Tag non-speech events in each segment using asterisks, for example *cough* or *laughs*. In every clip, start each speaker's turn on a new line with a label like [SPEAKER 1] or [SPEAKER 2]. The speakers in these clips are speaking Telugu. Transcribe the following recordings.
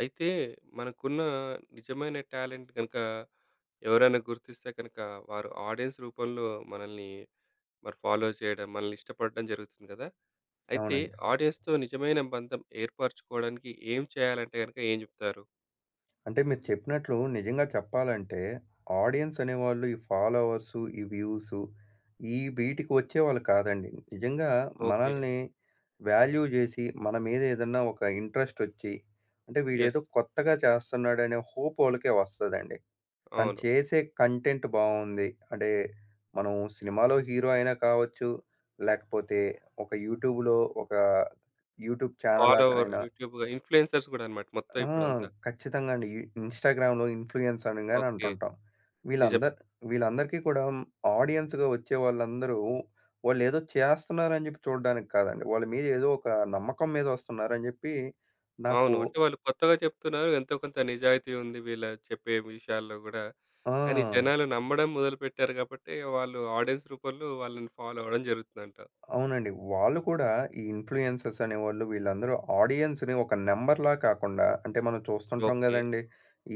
[SPEAKER 1] అయితే మనకున్న నిజమైన టాలెంట్ గనుక ఎవరైనా గుర్తిస్తే కనుక వారు ఆడియన్స్ రూపంలో మనల్ని మరి ఫాలో చేయడం, మనల్ని ఇష్టపడడం జరుగుతుంది కదా! అయితే
[SPEAKER 2] అవునండి.
[SPEAKER 1] ఆడియన్స్‌తో నిజమైన బంధం ఏర్పరచుకోవడానికి ఏం చేయాలంటే గనుక ఏం చెప్తారు?
[SPEAKER 2] అంటే మీరు చెప్పినట్లు నిజంగా చెప్పాలంటే, ఆడియన్స్ అనేవాళ్ళు ఈ ఫాలోవర్సు, ఈ వ్యూసు ఈ వీటికి వచ్చేవాళ్ళు కాదండి. నిజంగా
[SPEAKER 1] ఓకే.
[SPEAKER 2] మనల్ని వాల్యూ జేసి, మన మీద ఏదన్నా ఒక ఇంట్రెస్ట్ ఒచ్చి, అంటే
[SPEAKER 1] యెస్.
[SPEAKER 2] వీడేదో కొత్తగా చేస్తున్నాడనే హోప్ ఓళ్ళకే వస్తదండి. తను
[SPEAKER 1] అవును.
[SPEAKER 2] చేసే కంటెంట్ బావుంది. అంటే మనం సినిమాలో హీరో అయినా కావచ్చు, లేకపోతే ఒక యూట్యూబ్‌లో ఒక యూట్యూబ్ ఛానల్
[SPEAKER 1] ఫాలోవర్
[SPEAKER 2] అటనైనా
[SPEAKER 1] యూట్యూబ్‌గా ఇన్‌ఫ్లూయెన్సర్స్ గూడా అన్నమాట మొత్తం
[SPEAKER 2] ఆ!
[SPEAKER 1] ఇప్పుడంతా.
[SPEAKER 2] ఖచ్చితంగా అండి. ఈ ఇన్‌స్టాగ్రామ్‌లో ఇన్‌ఫ్లూయెన్స్ అనగానే
[SPEAKER 1] ఓకే.
[SPEAKER 2] అంటుంటాం.
[SPEAKER 1] నిజమే.
[SPEAKER 2] వీళ్ళందరు వీళ్ళందరికీ కూడా ఆడియన్స్‌గా వచ్చే వాళ్ళందరూ వాళ్ళేదో చేస్తున్నారని చెప్పి చూడడానికి కాదండి. వాళ్ళ మీద ఏదో ఒక నమ్మకం మీద వస్తున్నారని చెప్పి నాకు
[SPEAKER 1] అవును. అంటే వాళ్ళు కొత్తగా చెప్తున్నారు. ఎంతో కొంత నిజాయితీ ఉంది వీళ్ళ చెప్పే విషయాల్లో గూడా.
[SPEAKER 2] ఆ!
[SPEAKER 1] అని జనాలు నమ్మడం మొదలుపెట్టారు కాబట్టి, వాళ్ళు ఆడియన్స్ రూపంలో వాళ్ళని ఫాలో అవ్వడం జరుగుతుందంట.
[SPEAKER 2] అవునండి. వాళ్ళు కూడా ఈ ఇన్‌ఫ్లుయెన్సర్స్ అనేవాళ్ళు వీళ్ళందరూ ఆడియన్స్‌ని ఒక నంబర్‌లా కాకుండా అంటే మనం చూస్తుంటాం
[SPEAKER 1] ఓకే.
[SPEAKER 2] గదండీ!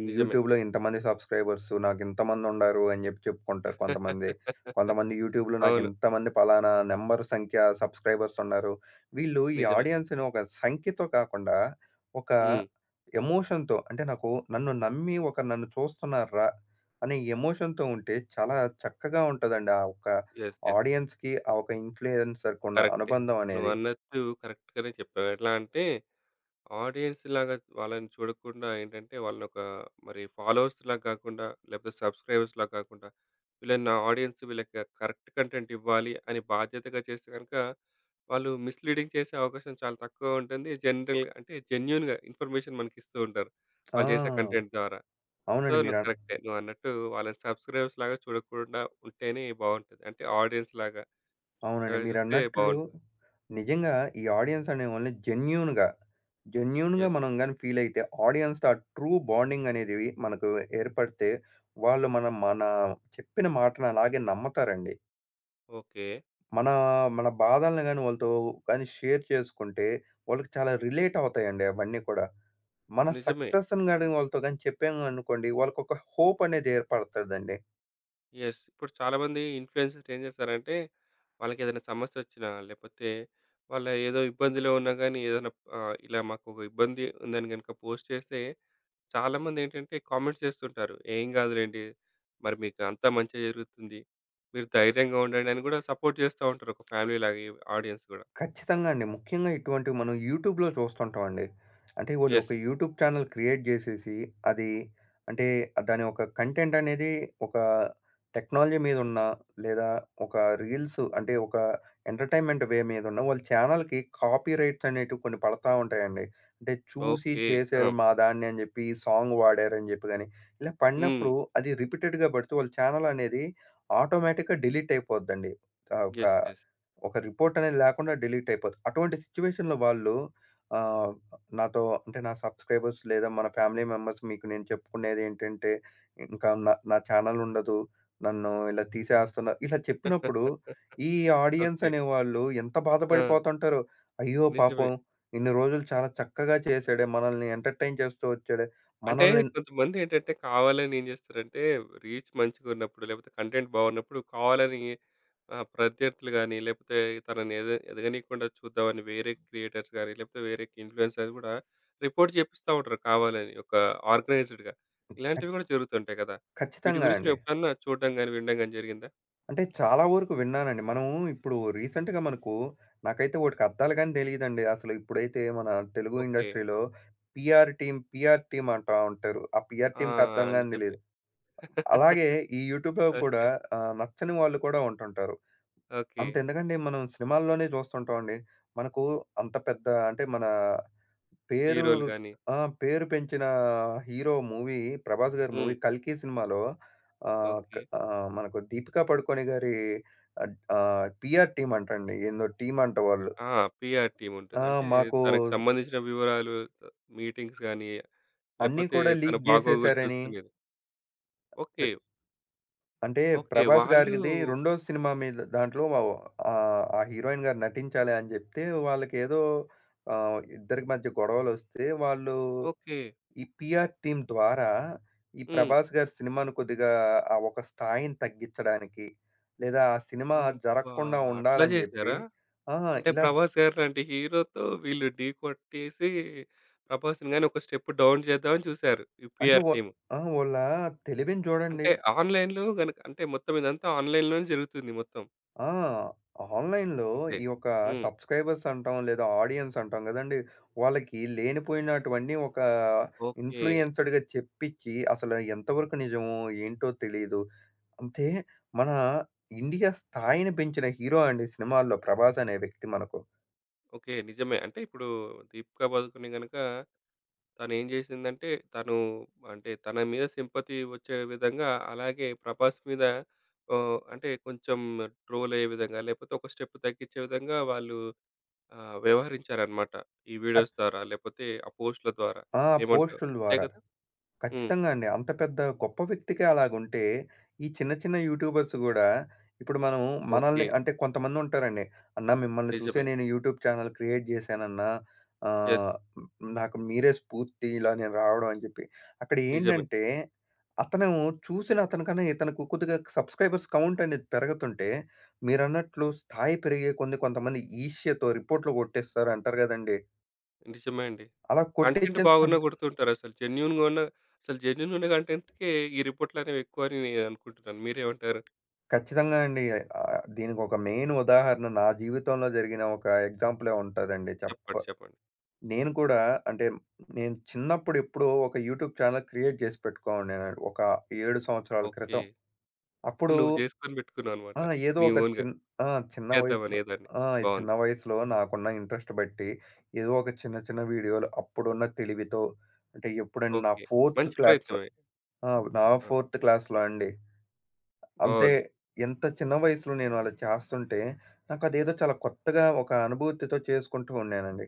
[SPEAKER 2] ఈ
[SPEAKER 1] నిజమే.
[SPEAKER 2] యూట్యూబ్‌లో ఇంతమంది సబ్స్క్రైబర్సు నాకింతమందుండారు అని జెప్పి చెప్పుకుంటారు కొంతమంది.
[SPEAKER 1] *laughs*
[SPEAKER 2] కొంతమంది యూట్యూబ్‌లో
[SPEAKER 1] అవును.
[SPEAKER 2] నాకింతమంది పలానా నంబర్ సంఖ్య సబ్స్క్రైబర్స్ ఉన్నారు. వీళ్ళు ఈ
[SPEAKER 1] నిజమే.
[SPEAKER 2] ఆడియన్స్‌ని ఒక సంఖ్యతో కాకుండా ఒక
[SPEAKER 1] హ్మ్.
[SPEAKER 2] ఎమోషన్‌తో అంటే నాకు నన్ను నమ్మి ఒకరు నన్ను చూస్తున్నార్రా అనే ఎమోషన్‌తో ఉంటే చాలా చక్కగా ఉంటదండి. ఆ ఒక్క
[SPEAKER 1] యెస్. యెస్.
[SPEAKER 2] ఆడియన్స్‌కి ఆ ఒక ఇన్‌ఫ్లుయెన్సర్‌కున్న
[SPEAKER 1] కరెక్టే.
[SPEAKER 2] అనుబంధం అనేది.
[SPEAKER 1] నువ్వన్నట్టు కరెక్ట్‌గానే చెప్పావు. ఎట్లా అంటే ఆడియన్స్ లాగా వాళ్ళని చూడకుండా ఏంటంటే వాళ్ళని ఒక మరి ఫాలోవర్స్ లాగా కాకుండా లేకపోతే సబ్స్క్రైబర్స్ లాగా కాకుండా వీళ్ళని నా ఆడియన్స్ వీళ్ళకి కరెక్ట్ కంటెంట్ ఇవ్వాలి అని బాధ్యతగా చేస్తే కనుక వాళ్ళు మిస్లీడింగ్ చేసే అవకాశం చాలా తక్కువ ఉంటుంది. జనరల్ అంటే జెన్యున్గా ఇన్ఫర్మేషన్ మనకి ఇస్తూ ఉంటారు వాళ్ళు చేసే
[SPEAKER 2] ఆ!
[SPEAKER 1] కంటెంట్ ద్వారా. సో
[SPEAKER 2] అవునండి.
[SPEAKER 1] నువ్వు కరెక్టే, నువ్వు అన్నట్టు వాళ్ళని సబ్స్క్రైబర్స్ లాగా చూడకుండా ఉంటేనే బాగుంటుంది, అంటే ఆడియన్స్ లాగా
[SPEAKER 2] అవునండి.
[SPEAKER 1] అలాగే చూస్తే
[SPEAKER 2] మీరన్నట్లు
[SPEAKER 1] బాగుంటుంది.
[SPEAKER 2] నిజంగా ఈ ఆడియన్స్ అనేవాళ్ళని జెన్యూన్‌గా, జెన్యూన్‌గా
[SPEAKER 1] ఎస్.
[SPEAKER 2] మనం గాని ఫీల్ అయితే ఆడియన్స్‌తో ఆ ట్రూ బాండింగ్ అనేదివి మనకు ఏర్పడితే వాళ్ళు మనం మన చెప్పిన మాటను అలాగే నమ్మతారండి.
[SPEAKER 1] ఓకే.
[SPEAKER 2] మన మన బాధలను గాని వాళ్ళతో గాని షేర్ చేసుకుంటే వాళ్ళకి చాలా రిలేట్ అవుతాయండి అవన్నీ కూడా. మన
[SPEAKER 1] నిజమే.
[SPEAKER 2] సక్సెస్‌ని గాని వాళ్ళతో గాని చెప్పామనుకోండి వాళ్ళకొక హోప్ అనేది ఏర్పడతదండి.
[SPEAKER 1] యెస్. ఇప్పుడు చాలామంది ఇన్‌ఫ్లుయెన్సర్స్ ఏం చేస్తారంటే, వాళ్ళకేదైనా సమస్యొచ్చినా, లేపోతే వాళ్ళు ఏదో ఇబ్బందిలో ఉన్నా గానీ, ఏదైనా ఇలా మాకొక ఇబ్బంది ఉందని గనుక పోస్ట్ చేస్తే, చాలామందేంటంటే కామెంట్స్ చేస్తుంటారు. "ఏం గాదులెండి, మరి మీకు అంతా మంచే జరుగుతుంది. మీరు ధైర్యంగా ఉండండి" అని గూడా సపోర్ట్ చేస్తా ఉంటారు. ఒక ఫ్యామిలీ లాగా ఈ ఆడియన్స్ గూడా.
[SPEAKER 2] ఖచ్చితంగా అండి. ముఖ్యంగా ఇటువంటివి మనం యూట్యూబ్‌లో చూస్తుంటామండి. అంటే వాళ్ళు
[SPEAKER 1] యెస్.
[SPEAKER 2] ఒక యూట్యూబ్ ఛానెల్ క్రియేట్ జేసేసి, అది అంటే దాని ఒక కంటెంట్ అనేది ఒక టెక్నాలజీ మీదున్న, లేదా ఒక రీల్స్ అంటే ఒక ఎంటర్‌టైన్‌మెంట్ వే మీదున్న వాళ్ళ ఛానెల్‌కి కాపీరైట్స్ అనేటివి కొన్ని పడతా ఉంటాయండి. అంటే చూసి
[SPEAKER 1] ఓకే. ఆ!
[SPEAKER 2] చేశారు మా దాన్ని అని జెప్పి, ఈ సాంగ్ వాడారని జెప్పి గాని, ఇలా
[SPEAKER 1] హ్మ్.
[SPEAKER 2] పడినప్పుడు అది రిపీటెడ్‌గా పడితే వాళ్ళ ఛానెల్ అనేది ఆటోమేటిక్‌గా డిలీట్ అయిపోద్దండి. ఒక
[SPEAKER 1] యెస్. యెస్.
[SPEAKER 2] ఒక రిపోర్ట్ అనేది లేకుండా డిలీట్ అయిపోద్ది. అటువంటి సిట్యుయేషన్‌లో వాళ్ళు ఆహ్, నాతో అంటే నా సబ్‌స్క్రైబర్స్ లేదా మన ఫ్యామిలీ మెంబర్స్ మీకు నేను చెప్పుకునేదేంటంటే, ఇంకా నా నా ఛానెల్ ఉండదు. నన్ను ఇలా తీసేస్తున్నారు. ఇలా చెప్పినప్పుడు ఈ
[SPEAKER 1] *laughs*
[SPEAKER 2] ఆడియన్స్
[SPEAKER 1] ఓకే.
[SPEAKER 2] అనేవాళ్ళు ఎంత
[SPEAKER 1] ఆ!
[SPEAKER 2] బాధపడిపోతుంటారో. అయ్యో!
[SPEAKER 1] నిజమే.
[SPEAKER 2] పాపం ఇన్ని రోజులు చాలా చక్కగా చేసాడే. మనల్ని ఎంటర్‌టైన్ చేస్తూ వచ్చాడే.
[SPEAKER 1] అంటే
[SPEAKER 2] మనల్ని
[SPEAKER 1] కొంతమందేంటంటే కావాలని ఏం చేస్తారంటే, రీచ్ మంచిగున్నప్పుడు, లేపోతే కంటెంట్ బాగున్నప్పుడు కావాలని ప్రత్యర్థులు గాని, లేపోతే తనని ఎదగనీయకుండా చూద్దామని వేరే క్రియేటర్స్ గాని, లేపోతే వేరే ఇన్‌ఫ్లూయెన్సర్స్ గూడా రిపోర్ట్ చేపిస్తా ఉంటారు కావాలని. ఒక ఆర్గనైజ్డ్‌గా.
[SPEAKER 2] ఖ
[SPEAKER 1] ఇలాంటివి గూడా జరుగుతుంటాయి కదా! వీటి
[SPEAKER 2] ఖచ్చితంగా
[SPEAKER 1] గురించి
[SPEAKER 2] అండి.
[SPEAKER 1] నువ్వెప్పుడన్నా చూడడం గాని, వినడం గాని జరిగిందా?
[SPEAKER 2] అంటే చాలా వరకు విన్నానండి. మనము ఇప్పుడు రీసెంట్‌గా మనకు నాకైతే ఓటికి అర్థాలు గాని తెలీదండి. అసలు ఇప్పుడైతే మన తెలుగు
[SPEAKER 1] ఓకే.
[SPEAKER 2] ఇండస్ట్రీలో పీఆర్ టీమ్, పీఆర్ టీమ్ అంటా ఉంటారు. ఆ పీఆర్
[SPEAKER 1] ఆ!
[SPEAKER 2] టీమ్‌కి అర్థం గాని
[SPEAKER 1] నిజమే.
[SPEAKER 2] తెలీదు. అలాగే
[SPEAKER 1] *laughs*
[SPEAKER 2] ఈ యూట్యూబ్‌లో
[SPEAKER 1] వస్తే
[SPEAKER 2] కూడా నచ్చని వాళ్ళు కూడా ఉంటుంటారు.
[SPEAKER 1] ఓకే.
[SPEAKER 2] అంతెందుకండి. మనం సినిమాల్లోనే చూస్తుంటామండి. మనకు అంత పెద్ద అంటే మన పేరు
[SPEAKER 1] హీరోలు గాని
[SPEAKER 2] ఆ! పేరు పెంచిన హీరో మూవీ 'ప్రభాస్' గారి
[SPEAKER 1] హ్మ్.
[SPEAKER 2] మూవీ 'కల్కి' సినిమాలో
[SPEAKER 1] ఓకే.
[SPEAKER 2] మనకు దీపికా పడుకోనె గారి పీఆర్ టీమ్ అంటండి. ఏందో టీమ్ అంట వాళ్ళు.
[SPEAKER 1] ఆ! పీఆర్ టీమ్ ఉంటుంది.
[SPEAKER 2] ఆ!
[SPEAKER 1] అంటే
[SPEAKER 2] మాకు
[SPEAKER 1] తనకు సంబంధించిన వివరాలు, మీటింగ్స్ గాని,
[SPEAKER 2] అన్నీ
[SPEAKER 1] లేపోతే
[SPEAKER 2] కూడా
[SPEAKER 1] తన
[SPEAKER 2] లీక్
[SPEAKER 1] బాగోగులు
[SPEAKER 2] జేసేసారని
[SPEAKER 1] చూసుకునేది. ఓకే.
[SPEAKER 2] ప్ర అంటే
[SPEAKER 1] ఓకే.
[SPEAKER 2] 'ప్రభాస్'
[SPEAKER 1] వాళ్ళు
[SPEAKER 2] గారిది రెండో సినిమా మీద దాంట్లో ఆ హీరోయిన్ గారు నటించాలి అని జెప్తే వాళ్ళకేదో ఇద్దరి మధ్య గొడవలొస్తే వాళ్ళు
[SPEAKER 1] ఓకే.
[SPEAKER 2] ఈ పీఆర్ టీమ్ ద్వారా ఈ
[SPEAKER 1] హ్మ్.
[SPEAKER 2] 'ప్రభాస్' గారి సినిమాను కొద్దిగా ఆ ఒక స్థాయిని తగ్గించడానికి, లేదా ఆ సినిమా
[SPEAKER 1] అబ్బా!
[SPEAKER 2] జరగకుండా
[SPEAKER 1] అట్లా
[SPEAKER 2] ఉండాలని జెప్పి
[SPEAKER 1] చేసారా?
[SPEAKER 2] ఆ!
[SPEAKER 1] అంటే
[SPEAKER 2] ఇలా
[SPEAKER 1] 'ప్రభాస్' గారు లాంటి హీరోతో వీళ్ళు ఢీ కొట్టేసి 'ప్రభాస్‌ని' గాని ఒక స్టెప్ డౌన్ చేద్దామని చూసారు, ఈ
[SPEAKER 2] అంటే
[SPEAKER 1] పీఆర్
[SPEAKER 2] వ
[SPEAKER 1] టీమ్.
[SPEAKER 2] ఆ! వాళ్ళ తెలివిని జూడండి.
[SPEAKER 1] అంటే ఆన్‌లైన్‌లో గనుక, అంటే మొత్తం ఇదంతా ఆన్‌లైన్‌లోనే జరుగుతుంది మొత్తం.
[SPEAKER 2] ఆ! ఆన్‌లైన్‌లో
[SPEAKER 1] అంతే.
[SPEAKER 2] ఈ యొక్క
[SPEAKER 1] హ్మ్.
[SPEAKER 2] సబ్‌స్క్రైబర్స్ అంటాం, లేదా ఆడియన్స్ అంటాం గదండీ! వాళ్ళకి లేనిపోయినటువన్నీ ఒక
[SPEAKER 1] ఓకే.
[SPEAKER 2] ఇన్‌ఫ్లూయెన్సర్‌గా చెప్పించి, అసలు ఎంతవరకు నిజమో ఏంటో తెలీదు. అంతే మన ఇండియా స్థాయిని పెంచిన హీరో అండి సినిమాల్లో 'ప్రభాస్' అనే వ్యక్తి మనకు.
[SPEAKER 1] ఓకే. నిజమే. అంటే ఇప్పుడు 'దీపికా పదుకొనె' గనుక తనేం జేసిందంటే, తను అంటే తన మీద సింపతి వచ్చే విధంగా, అలాగే ప్రభాస్ మీద అంటే కొంచెం ట్రోలయ్యే విధంగా, లేపోతే ఒక స్టెప్ తగ్గించే విధంగా వాళ్ళు వ్యవహరించారనమాట. ఈ
[SPEAKER 2] అ
[SPEAKER 1] వీడియోస్ ద్వారా, లేపోతే ఆ పోస్ట్‌ల ద్వారా.
[SPEAKER 2] ఆ!
[SPEAKER 1] ఏమంటావు?
[SPEAKER 2] పోస్టుల
[SPEAKER 1] అంతే
[SPEAKER 2] ద్వారా.
[SPEAKER 1] కదా! హ్మ్.
[SPEAKER 2] ఖచ్చితంగా అండి. అంత పెద్ద గొప్ప వ్యక్తికే అలాగుంటే, ఈ చిన్న చిన్న యూట్యూబర్స్ గూడా ఇప్పుడు మనం మనల్ని
[SPEAKER 1] ఓకే.
[SPEAKER 2] అంటే కొంతమందుంటారండి. "అన్నా మిమ్మల్ని చూసే
[SPEAKER 1] నిజమే.
[SPEAKER 2] నేను యూట్యూబ్ ఛానల్ క్రియేట్ జేశానన్నా.
[SPEAKER 1] యెస్.
[SPEAKER 2] ఆహ్, నాకు మీరే స్ఫూర్తి ఇలా నేను రావడం" అని జెప్పి. అక్కడ
[SPEAKER 1] నిజమే.
[SPEAKER 2] ఏంటంటే, అతను చూసిన అతనికన్నా ఇతనికి కొద్దిగా సబ్స్క్రైబర్స్ కౌంట్ అనేది పెరుగుతుంటే, మీరన్నట్లు స్థాయి పెరిగే కొన్ని కొంతమంది ఈర్ష్యతో రిపోర్ట్‌లు గొట్టేస్తారు అంటారు గదండీ.
[SPEAKER 1] నిజమే అండి.
[SPEAKER 2] అలా
[SPEAKER 1] కంటెంట్
[SPEAKER 2] కొట్టిచ్చేసిన
[SPEAKER 1] బాగున్నా కొడుతుంటారసలు. జెన్యూన్‌గా ఉన్న అసలు జెన్యూన్‌గా ఉన్న కంటెంట్‌కే ఈ రిపోర్ట్‌లనేవి ఎక్కువని నేననుకుంటున్నాను. మీరేమంటారు?
[SPEAKER 2] ఖచ్చితంగా అండి. దీనికొక మెయిన్ ఉదాహరణ నా జీవితంలో జరిగిన ఒక ఎగ్జాంపులే ఉంటదండి.
[SPEAKER 1] చెప్పండి. చెప్పండి.
[SPEAKER 2] నేను కూడా అంటే నేను చిన్నప్పుడు ఎప్పుడో ఒక యూట్యూబ్ ఛానెల్ క్రియేట్ చేసి పెట్టుకోనున్నానండి. ఒక 7 సంవత్సరాల
[SPEAKER 1] ఓకే.
[SPEAKER 2] క్రితం. అప్పుడు
[SPEAKER 1] నువ్వు చేసుకొని పెట్టుకున్నావనమాట.
[SPEAKER 2] ఆ! ఏదో
[SPEAKER 1] నీ
[SPEAKER 2] ఒక
[SPEAKER 1] ఓన్‌గా
[SPEAKER 2] చిన్ ఆ! చిన్న
[SPEAKER 1] చేద్దామని
[SPEAKER 2] వయసులో
[SPEAKER 1] ఏదాన్ని.
[SPEAKER 2] ఆ! ఈ చిన్న
[SPEAKER 1] బావుంది.
[SPEAKER 2] వయసులో నాకున్న ఇంట్రెస్ట్ బట్టి ఏదో ఒక చిన్న చిన్న వీడియోలు అప్పుడున్న తెలివితో అంటే ఎప్పుడండి నా
[SPEAKER 1] ఓకే.
[SPEAKER 2] ఫోర్త్
[SPEAKER 1] మంచి
[SPEAKER 2] క్లాస్‌లో
[SPEAKER 1] ప్రయత్నమే.
[SPEAKER 2] ఆ! నా
[SPEAKER 1] ఆ!
[SPEAKER 2] ఫోర్త్ క్లాస్‌లో అండి. అంతే.
[SPEAKER 1] బావుంది.
[SPEAKER 2] ఎంత చిన్న వయసులో నేను అలా చేస్తుంటే, నాకదేదో చాలా కొత్తగా ఒక అనుభూతితో చేసుకుంటూ ఉన్నానండి.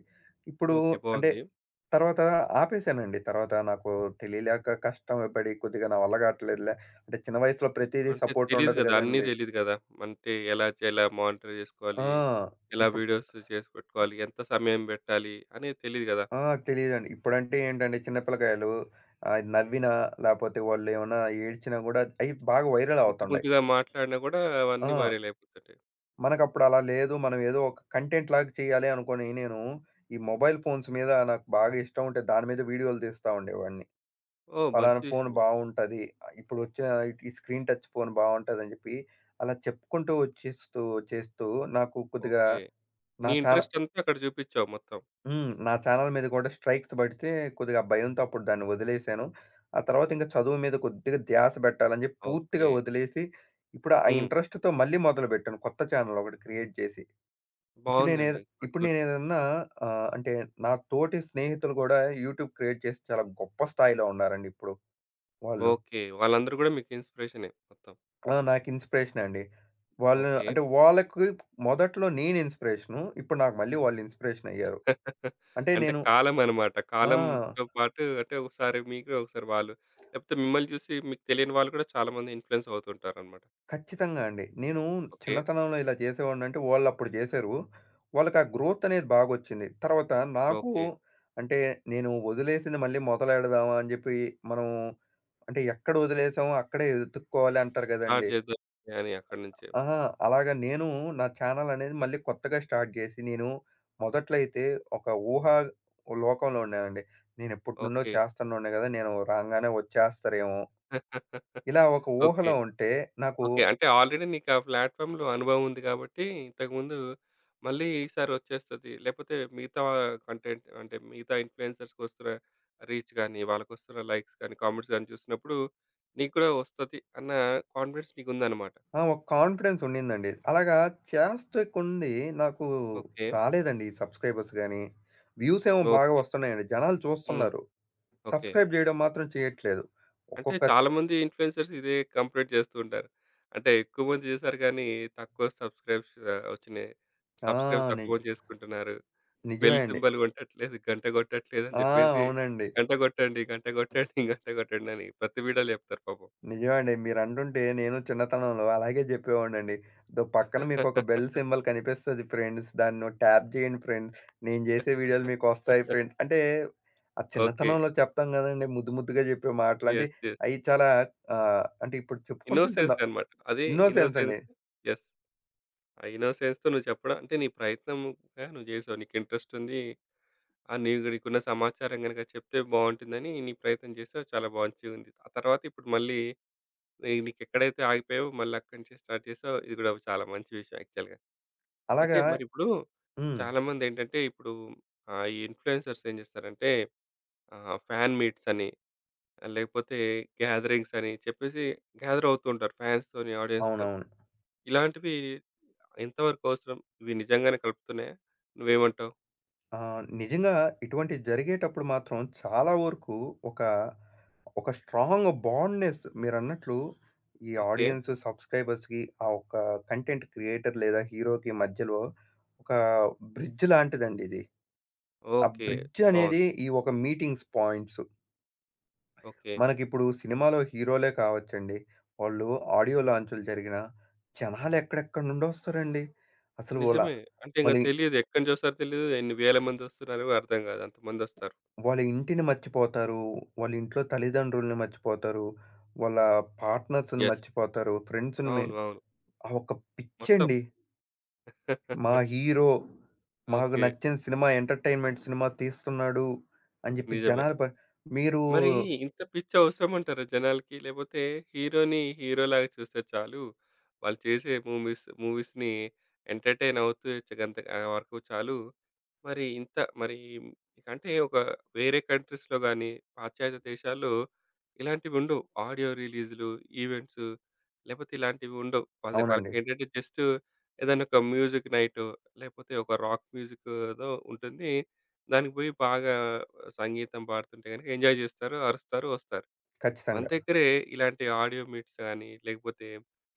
[SPEAKER 2] ఇప్పుడు
[SPEAKER 1] ఓకే.
[SPEAKER 2] అంటే
[SPEAKER 1] బావుంది.
[SPEAKER 2] తర్వాత ఆపేసానండి. తర్వాత నాకు తెలియలేక కష్టం పడి కొద్దిగా నా వల్ల కావట్లేదులే. అంటే చిన్న వయసులో ప్రతీదీ
[SPEAKER 1] అంటే
[SPEAKER 2] సపోర్ట్
[SPEAKER 1] తెలీదు
[SPEAKER 2] ఉండదు
[SPEAKER 1] గదా! అన్నీ
[SPEAKER 2] గదండీ.
[SPEAKER 1] తెలీదు గదా! అంటే ఎలా మానిటర్
[SPEAKER 2] ఆ!
[SPEAKER 1] చేసుకోవాలి? ఎలా
[SPEAKER 2] ఇప్పుడు
[SPEAKER 1] వీడియోస్ చేసి పెట్టుకోవాలి? ఎంత సమయం పెట్టాలి? అనేది తెలీదు గదా!
[SPEAKER 2] ఆ! తెలీదండి. ఇప్పుడంటే ఏంటండి చిన్న పిల్లకాయలు నవ్వినా లేపోతే వాళ్ళేమన్నా ఏడ్చినా గూడా అయి బాగా వైరల్
[SPEAKER 1] ముద్దు
[SPEAKER 2] అవుతుండాయి.
[SPEAKER 1] ముద్దుగా మాట్లాడినా గూడా
[SPEAKER 2] ఆ!
[SPEAKER 1] అవన్నీ వైరల్ అయిపోతుంటాయి.
[SPEAKER 2] మనకప్పుడు అలా లేదు. మనం ఏదో ఒక కంటెంట్ లాగా చేయాలి అనుకోని నేను ఈ మొబైల్ ఫోన్స్ మీద నాకు బాగా ఇష్టం ఉంటే దాని మీద వీడియోలు తీస్తా ఉండేవాడిని.
[SPEAKER 1] ఓహ్! మంచి
[SPEAKER 2] పలానా ఫోన్
[SPEAKER 1] విషయమే.
[SPEAKER 2] బావుంటది. ఇప్పుడొచ్చిన ఈ స్క్రీన్ టచ్ ఫోన్ బావుంటదని చెప్పి అలా చెప్పుకుంటూ వచ్చేస్తూ చేస్తూ నాకు కొద్దిగా
[SPEAKER 1] ఓకే.
[SPEAKER 2] నా
[SPEAKER 1] నీ
[SPEAKER 2] చాన
[SPEAKER 1] ఇంట్రెస్ట్ అంతా అక్కడ చూపిచ్చావు మొత్తం.
[SPEAKER 2] హ్మ్. నా ఛానెల్ మీద కూడా స్ట్రైక్స్ పడితే కొద్దిగా ఆ భయంతో అప్పుడు దాన్ని వదిలేశాను. ఆ తర్వాత ఇంకా చదువు మీద కొద్దిగా ధ్యాస పెట్టాలని చెప్పి
[SPEAKER 1] ఓకే.
[SPEAKER 2] పూర్తిగా వదిలేసి ఇప్పుడు ఆ
[SPEAKER 1] హ్మ్.
[SPEAKER 2] ఇంట్రెస్ట్‌తో మళ్ళీ మొదలుపెట్టాను కొత్త ఛానెల్ ఒకటి క్రియేట్ చేసి. ఇప్పుడు నేనేద్
[SPEAKER 1] బావుందండి. గుడ్.
[SPEAKER 2] ఇప్పుడు
[SPEAKER 1] గుడ్.
[SPEAKER 2] నేనేదన్నా ఆహ్, అంటే నా తోటి స్నేహితులు గూడా యూట్యూబ్ క్రియేట్ చేసి చాలా గొప్ప స్థాయిలో ఉన్నారండి ఇప్పుడు వాళ్ళు.
[SPEAKER 1] ఓకే. వాళ్ళందరూ గూడా మీకు ఇన్‌స్పిరేషనే మొత్తం.
[SPEAKER 2] ఆ! నాకు ఇన్స్‌పిరేషనే అండి. వాళ్ళు
[SPEAKER 1] ఓకే.
[SPEAKER 2] అంటే వాళ్ళకి మొదట్లో నేను ఇన్స్‌పిరేషను. ఇప్పుడు నాకు మళ్ళీ వాళ్ళు ఇన్స్‌పిరేషన్ అయ్యారు. అంటే
[SPEAKER 1] అంటే
[SPEAKER 2] నేను
[SPEAKER 1] కాలం అనమాట.
[SPEAKER 2] ఆ!
[SPEAKER 1] కాలంతో పాటు అంటే ఒకసారి మీకు, ఒకసారి వాళ్ళు. లేకపోతే మిమ్మల్ని చూసి మీకు తెలియని వాళ్ళు కూడా చాలామంది ఇన్‌ఫ్లూయెన్స్ అవుతుంటారనమాట.
[SPEAKER 2] ఖచ్చితంగా అండి. నేను
[SPEAKER 1] ఓకే.
[SPEAKER 2] చిన్నతనంలో ఇలా చేసేవాడినంటే వాళ్ళప్పుడు జేశారు. వాళ్ళకి ఆ గ్రోత్ అనేది బాగొచ్చింది. తర్వాత నాకు
[SPEAKER 1] ఓకే.
[SPEAKER 2] అంటే నేను వదిలేసింది మళ్ళీ మొదలెడదామా అని జెప్పి మనం అంటే ఎక్కడ వదిలేసామో అక్కడే ఎతుక్కోవాలి అంటారు
[SPEAKER 1] స్టార్ట్
[SPEAKER 2] గదండీ!
[SPEAKER 1] చేద్దాం అని అక్కడి నుంచే.
[SPEAKER 2] అహా! అలాగా నేను నా ఛానెల్ అనేది మళ్ళీ కొత్తగా స్టార్ట్ జేసి నేను మొదట్లో అయితే ఒక ఊహా లోకంలో ఉన్నానండి. నేనెప్పటి నుండో
[SPEAKER 1] ఓకే.
[SPEAKER 2] చేస్తన్నుండే గదా! నేను రాంగానే వచ్చేస్తారేమో!
[SPEAKER 1] *laughs*
[SPEAKER 2] ఇలా ఒక
[SPEAKER 1] ఓకే.
[SPEAKER 2] ఊహలో ఉంటే నాకు
[SPEAKER 1] ఓకే. అంటే ఆల్రెడీ నీకు ఆ ప్లాట్‌ఫార్మ్‌లో అనుభవం ఉంది కాబట్టి ఇంతకుముందు, మళ్ళీ ఈసారి వచ్చేస్తది. లేకపోతే మిగతా కంటెంట్, అంటే మిగతా ఇన్‌ఫ్లూయెన్సర్స్‌కొస్తున్న రీచ్ గాని, వాళ్ళకొస్తున్న లైక్స్ గాని, కామెంట్స్ గాని చూసినప్పుడు నీకు కూడా వస్తది అన్న కాన్ఫిడెన్స్ నీకుందనమాట.
[SPEAKER 2] ఆ! ఒక కాన్ఫిడెన్స్ ఉండిందండి. అలాగా చేస్తకుంది నాకు
[SPEAKER 1] ఓకే.
[SPEAKER 2] రాలేదండి ఈ సబ్స్క్రైబర్స్ గాని, వ్యూస్ ఏమో బాగా
[SPEAKER 1] ఓకే.
[SPEAKER 2] వస్తున్నాయండి. జనాలు
[SPEAKER 1] హ్మ్.
[SPEAKER 2] చూస్తున్నారు.
[SPEAKER 1] ఓకే.
[SPEAKER 2] సబ్స్క్రైబ్ జేయడం మాత్రం చేయట్లేదు.
[SPEAKER 1] అంటే
[SPEAKER 2] ఒక్కొక్క
[SPEAKER 1] చాలామంది ఇన్‌ఫ్లుయెన్సర్స్ ఇదే కంప్లెయింట్ చేస్తూ ఉంటారు. అంటే ఎక్కువ మంది చేశారు కానీ తక్కువ సబ్‌స్క్రైబ్స్ వచ్చినాయి.
[SPEAKER 2] ఆ!
[SPEAKER 1] సబ్‌స్క్రైబ్స్
[SPEAKER 2] ని
[SPEAKER 1] తక్కువ చేసుకుంటున్నారు.
[SPEAKER 2] నిజమే
[SPEAKER 1] బెల్
[SPEAKER 2] అండి.
[SPEAKER 1] సింబల్ కొట్టట్లేదు, గంట కొట్టట్లేదు అని
[SPEAKER 2] ఆ!
[SPEAKER 1] చెప్పేసి
[SPEAKER 2] అవునండి.
[SPEAKER 1] గంట కొట్టండి, గంట కొట్టండి, *laughs* గంట కొట్టండి అని ప్రతి వీడియోలో చెప్తారు పాపం.
[SPEAKER 2] నిజమండి. మీరంటుంటే నేను చిన్నతనంలో అలాగే జెప్పేవాడినండి. దో పక్కన మీకొక బెల్
[SPEAKER 1] *laughs*
[SPEAKER 2] సింబల్ కనిపిస్తది ఫ్రెండ్స్. దాన్ని ట్యాప్ జేయండి ఫ్రెండ్స్. నేను జేసే వీడియోలు మీకొస్తాయి ఫ్రెండ్స్. అంటే ఆ
[SPEAKER 1] ఓకే.
[SPEAKER 2] చిన్నతనంలో చెప్తాం గదండీ! ముద్దు ముద్దుగా జెప్పే మాటలు. అంటే
[SPEAKER 1] యెస్. యెస్.
[SPEAKER 2] అయి చాలా ఆహ్, అంటే ఇప్పుడు చెప్పుకుంటుంటే
[SPEAKER 1] ఇన్నోసెన్స్ అన్నమాట. అది
[SPEAKER 2] ఇన్నోసెన్స్ అండి.
[SPEAKER 1] ఇన్నోసెన్స్. యెస్. ఆ ఇన్నోసెన్స్‌తో నువ్వు చెప్పడం అంటే నీ ప్రయత్నంగా నువ్వు చేసావు. నీకు ఇంట్రెస్ట్ ఉంది. ఆ! నీకు నీకున్న సమాచారం గనుక చెప్తే బావుంటుందని నీ ప్రయత్నం చేసావు. చాలా మంచిగుంది. ఆ తర్వాత ఇప్పుడు మళ్ళీ నీకెక్కడైతే ఆగిపోయావో మళ్ళీ అక్కడి నుంచి స్టార్ట్ చేసావు. ఇది గూడా చాలా మంచి విషయం యాక్చువల్‌గా. అయితే
[SPEAKER 2] అలాగా
[SPEAKER 1] మరిప్పుడు
[SPEAKER 2] హ్మ్.
[SPEAKER 1] చాలామందేంటంటే ఇప్పుడు ఈ ఇన్‌ఫ్లుయెన్సర్స్ ఏం చేస్తారంటే ఫ్యాన్ మీట్స్ అని ఆ, లేకపోతే గ్యాదరింగ్స్ అని చెప్పేసి గ్యాదర్ అవుతూ ఉంటారు ఫ్యాన్స్‌తోని, ఆడియన్స్‌తోని.
[SPEAKER 2] అవునవును.
[SPEAKER 1] ఇలాంటివి ఎంతవరకు అవసరం? ఇవి నిజంగానే కలుపుతున్నాయా? నువ్వేమంటావు?
[SPEAKER 2] ఆ! నిజంగా ఇటువంటివి జరిగేటప్పుడు మాత్రం చాలా వరకు ఒక, ఒక స్ట్రాంగ్ బాండ్‌నెస్ మీరన్నట్లు ఈ
[SPEAKER 1] ఓకే.
[SPEAKER 2] ఆడియన్స్, సబ్‌స్క్రైబర్స్‌కి ఆ ఒక్క కంటెంట్ క్రియేటర్ లేదా హీరోకి మధ్యలో ఒక బ్రిడ్జ్ లాంటిదండి ఇది. ఆ
[SPEAKER 1] ఓకే.
[SPEAKER 2] బ్రిడ్జ్ అనేది
[SPEAKER 1] బావుంది.
[SPEAKER 2] ఈ ఒక మీటింగ్స్ పాయింట్స్.
[SPEAKER 1] ఓకే.
[SPEAKER 2] మనకిప్పుడు సినిమాలో హీరోలే కావచ్చండి. వాళ్ళు ఆడియో లాంచ్‌లు జరిగినా జనాలు ఎక్కడెక్కడి నుండొస్తారండి. అసలు వాళ్ళ
[SPEAKER 1] నిజమే. అంటే ఇంక
[SPEAKER 2] వాళ్ళి
[SPEAKER 1] తెలీదు. ఎక్కడి నుంచి వస్తారో తెలీదు. ఎన్ని వేల మందొస్తున్నారో అర్థం గాదు. అంతమందొస్తారు.
[SPEAKER 2] వాళ్ళ ఇంటిని మర్చిపోతారు. వాళ్ళ ఇంట్లో తల్లిదండ్రుల్ని మర్చిపోతారు. వాళ్ళ పార్ట్నర్స్‌ని
[SPEAKER 1] యెస్.
[SPEAKER 2] మర్చిపోతారు. ఫ్రెండ్స్‌ని మి
[SPEAKER 1] అవును. అవును.
[SPEAKER 2] ఆ ఒక
[SPEAKER 1] మొత్తం.
[SPEAKER 2] పిచ్చండి. మా
[SPEAKER 1] *laughs*
[SPEAKER 2] హీరో మాకు
[SPEAKER 1] ఓకే.
[SPEAKER 2] నచ్చిన సినిమా ఎంటర్టైన్మెంట్ సినిమా తీస్తున్నాడు అని చెప్పి
[SPEAKER 1] నిజమే.
[SPEAKER 2] జనాలు ప మీరు
[SPEAKER 1] మరి ఇంత పిచ్చి అవసరమంటారా జనాలకి? లేపోతే హీరోని హీరోలాగా చూస్తే చాలు. వాళ్ళు చేసే మూవీస్‌ని ఎంటర్‌టైన్ అవుతూ గంత ఆ వరకు చాలు. మరి ఇంత మరి ఇక అంటే ఒక వేరే కంట్రీస్‌లో గాని, పాశ్చాత్య దేశాల్లో ఇలాంటివుండవు. ఆడియో రిలీజ్‌లు, ఈవెంట్స్ లేపోతే ఇలాంటివి ఉండవు. వాళ్ళ
[SPEAKER 2] అవునండి.
[SPEAKER 1] వాళ్ళకేంటంటే జస్ట్ ఏదైనా ఒక మ్యూజిక్ నైటో, లేపోతే ఒక రాక్ మ్యూజిక్ ఏదో ఉంటుంది. దానికి పోయి బాగా సంగీతం పాడుతుంటే గనుక ఎంజాయ్ జేస్తారు, అరుస్తారు, వస్తారు. మన
[SPEAKER 2] ఖచ్చితంగా.
[SPEAKER 1] దగ్గరే ఇలాంటి ఆడియో మీట్స్ గానీ, లేకపోతే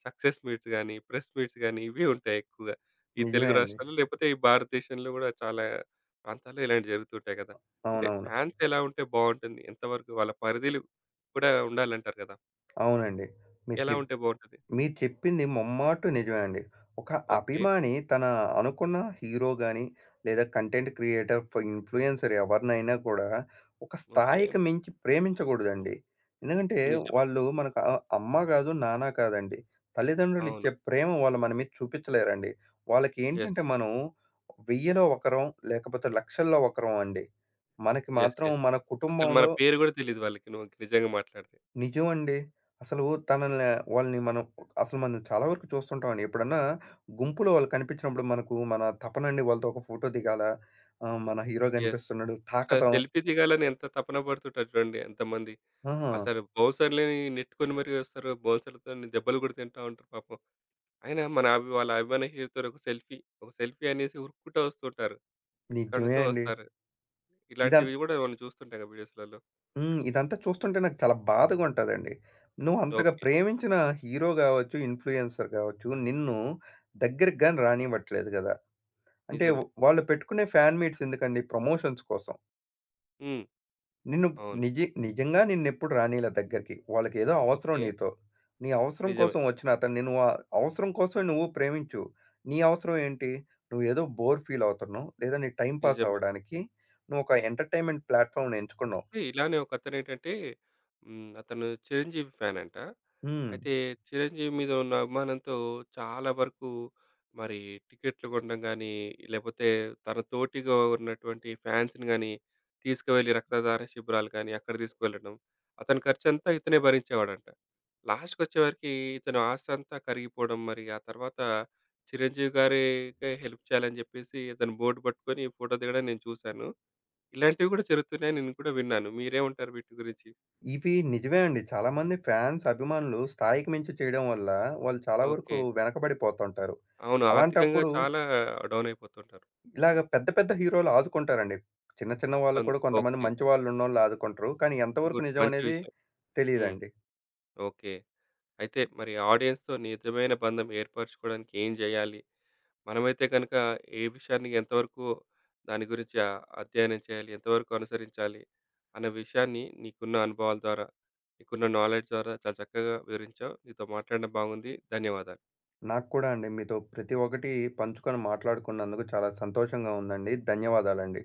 [SPEAKER 1] సక్సెస్ మీట్స్ గానీ, ప్రెస్ మీట్స్ గానీ ఇవే ఉంటాయి ఎక్కువగా. ఈ
[SPEAKER 2] నిజమే
[SPEAKER 1] తెలుగు
[SPEAKER 2] అండి.
[SPEAKER 1] రాష్ట్రాల్లో లేకపోతే ఈ భారతదేశంలో గూడా చాలా ప్రాంతాల్లో ఇలాంటివి జరుగుతుంటాయి గదా! అంటే
[SPEAKER 2] అవునవును.
[SPEAKER 1] ఫ్యాన్స్ ఎలా ఉంటే బావుంటుంది? ఎంతవరకు వాళ్ళ పరిధిలు కూడా ఉండాలంటారు గదా!
[SPEAKER 2] అవునండి. మీరు
[SPEAKER 1] ఎలా
[SPEAKER 2] చెప్
[SPEAKER 1] ఉంటే బావుంటది?
[SPEAKER 2] మీరు చెప్పింది ముమ్మాటు నిజమే అండి. ఒక
[SPEAKER 1] ఓకే.
[SPEAKER 2] అభిమాని తన అనుకున్న హీరో గాని, లేదా కంటెంట్ క్రియేటర్, ఇన్‌ఫ్లూయెన్సర్ ఎవరినైనా కూడా ఒక
[SPEAKER 1] ఓకే.
[SPEAKER 2] స్థాయికి మించి ప్రేమించకూడదండి. ఎందుకంటే
[SPEAKER 1] నిజమే.
[SPEAKER 2] వాళ్ళు మనకు అమ్మ కాదు, నాన్న కాదండి. తల్లిదండ్రులు ఇచ్చే
[SPEAKER 1] అవును.
[SPEAKER 2] ప్రేమ వాళ్ళు మన మీద చూపించలేరండి. వాళ్ళకి
[SPEAKER 1] యెస్.
[SPEAKER 2] ఏంటంటే మనం 1000లో ఒకరం లేకపోతే లక్షల్లో ఒకరం అండి. మనకి
[SPEAKER 1] యెస్.
[SPEAKER 2] మాత్రం
[SPEAKER 1] యెస్.
[SPEAKER 2] మన
[SPEAKER 1] అసలు మన
[SPEAKER 2] కుటుంబంలో
[SPEAKER 1] పేరు గూడా తెలీదు వాళ్ళకి నువ్వు నిజంగా మాట్లాడితే.
[SPEAKER 2] నిజమండి. అసలు తనని వాళ్ళని మనం అసలు మనం చాలా వరకు చూస్తుంటామండి. ఎప్పుడన్నా గుంపులో వాళ్ళు కనిపించినప్పుడు మనకు మన తపనండి వాళ్ళతో ఒక ఫోటో దిగాల. మన హీరో
[SPEAKER 1] యెస్.
[SPEAKER 2] కనిపిస్తున్నాడు
[SPEAKER 1] అసలు
[SPEAKER 2] తాకతం.
[SPEAKER 1] సెల్ఫీ దిగాలని ఎంత తపన పడుతుంటారు చూడండి ఎంతమంది.
[SPEAKER 2] ఆ!
[SPEAKER 1] అసలు బౌన్సర్‌లని నెట్టుకొని మరీ వస్తారు. బౌన్సర్‌లతోని దెబ్బలు కూడా తింటా ఉంటారు పాపం. అయినా మన అభి వాళ్ళ అభిమాన హీరోతో ఒక సెల్ఫీ, ఒక సెల్ఫీ అనేసి ఉరుక్కుంటా వస్తుంటారు. ఎక్కడి
[SPEAKER 2] నిజమే
[SPEAKER 1] నుంచో
[SPEAKER 2] అండి.
[SPEAKER 1] వస్తారు.
[SPEAKER 2] ఇదం
[SPEAKER 1] ఇలాంటివి కూడా మనం చూస్తుంటాం కదా వీడియోస్‌లలో.
[SPEAKER 2] హ్మ్. ఇదంతా చూస్తుంటే నాకు చాలా బాధగా ఉంటదండి. నువ్వు అంతగా
[SPEAKER 1] ఓకే.
[SPEAKER 2] ప్రేమించిన హీరో గావచ్చు, ఇన్‌ఫ్లుయెన్సర్ గావచ్చు నిన్ను దగ్గరికి గాని రానివ్వట్లేదు గదా! అంటే
[SPEAKER 1] నిజమే.
[SPEAKER 2] వాళ్ళు పెట్టుకునే ఫ్యాన్ మీట్స్ ఎందుకండి ప్రమోషన్స్ కోసం.
[SPEAKER 1] హ్మ్.
[SPEAKER 2] నిన్ను
[SPEAKER 1] అవును.
[SPEAKER 2] నిజి నిజంగా నిన్నెప్పుడు రానీయల దగ్గరికి. వాళ్ళకేదో అవసరం
[SPEAKER 1] ఓకే.
[SPEAKER 2] నీతో. నీ అవసరం
[SPEAKER 1] నిజమే.
[SPEAKER 2] కోసం వచ్చిన అతన్ని నువ్వు అవసరం కోసమే నువ్వు ప్రేమించు. నీ అవసరం ఏంటి? నువ్వేదో బోర్ ఫీల్ అవుతున్నావు. లేదా నీ టైమ్ పాస్
[SPEAKER 1] నిజమే.
[SPEAKER 2] అవ్వడానికి నువ్వొక ఎంటర్‌టైన్‌మెంట్ ప్లాట్‌ఫార్మ్‌ని ఎంచుకున్నావు.
[SPEAKER 1] అయితే ఇలానే ఒకతనేంటంటే హ్మ్. అతను 'చిరంజీవి' ఫ్యాన్ అంట.
[SPEAKER 2] హ్మ్.
[SPEAKER 1] అయితే 'చిరంజీవి' మీద ఉన్న అభిమానంతో చాలా వరకు మరి టికెట్లు కొనడం గానీ, లేపోతే తన తోటిగా ఉన్నటువంటి ఫ్యాన్స్‌ని గానీ తీసుకువెళ్ళి రక్తదాన శిబిరాలు కానీ అక్కడ తీసుకువెళ్ళడం. అతని ఖర్చంతా ఇతనే భరించేవాడంట. లాస్ట్‌కొచ్చేవరకి ఇతను ఆస్తంతా కరిగిపోవడం, మరి ఆ తర్వాత 'చిరంజీవి' గారికే హెల్ప్ చేయాలని జెప్పేసి ఇతను బోర్డ్ పట్టుకొని ఫోటో దిగడం నేను చూశాను. ఇలాంటివి కూడా జరుగుతున్నాయని నేను కూడా విన్నాను. మీరేమంటారు వీటి గురించి?
[SPEAKER 2] ఇవి నిజమే అండి. చాలామంది ఫ్యాన్స్, అభిమానులు స్థాయికి మించి చేయడం వల్ల వాళ్ళు చాలా వరకు
[SPEAKER 1] ఓకే.
[SPEAKER 2] వెనకబడిపోతుంటారు.
[SPEAKER 1] అవును. ఆర్థికంగా
[SPEAKER 2] అలాంటప్పుడు
[SPEAKER 1] చాలా డౌన్ అయిపోతుంటారు.
[SPEAKER 2] ఇలాగ పెద్ద పెద్ద హీరోలు ఆదుకుంటారండి. చిన్న చిన్న వాళ్ళు
[SPEAKER 1] కొన్
[SPEAKER 2] కూడా కొంతమంది
[SPEAKER 1] ఓకే.
[SPEAKER 2] మంచి వాళ్ళున్నోళ్ళు ఆదుకుంటారు. కానీ ఎంతవరకు
[SPEAKER 1] గుడ్.
[SPEAKER 2] నిజం
[SPEAKER 1] మంచి
[SPEAKER 2] అనేది
[SPEAKER 1] విషయం. హ్మ్.
[SPEAKER 2] తెలీదండి.
[SPEAKER 1] ఓకే. అయితే మరి ఆడియన్స్‌తో నిజమైన బంధం ఏర్పరచుకోవడానికి ఏం చేయాలి? మనమైతే గనుక ఏ విషయాన్ని ఎంతవరకు దాని గురించి అధ్యయనం చేయాలి? ఎంతవరకు అనుసరించాలి? అన్న విషయాన్ని నీకున్న అనుభవాల ద్వారా, నీకున్న నాలెడ్జ్ ద్వారా చాలా చక్కగా వివరించావు. నీతో మాట్లాడడం బాగుంది. ధన్యవాదాలు.
[SPEAKER 2] నాకు కూడా అండి మీతో ప్రతి ఒక్కటి పంచుకొని మాట్లాడుకున్నందుకు చాలా సంతోషంగా ఉందండి. ధన్యవాదాలండి.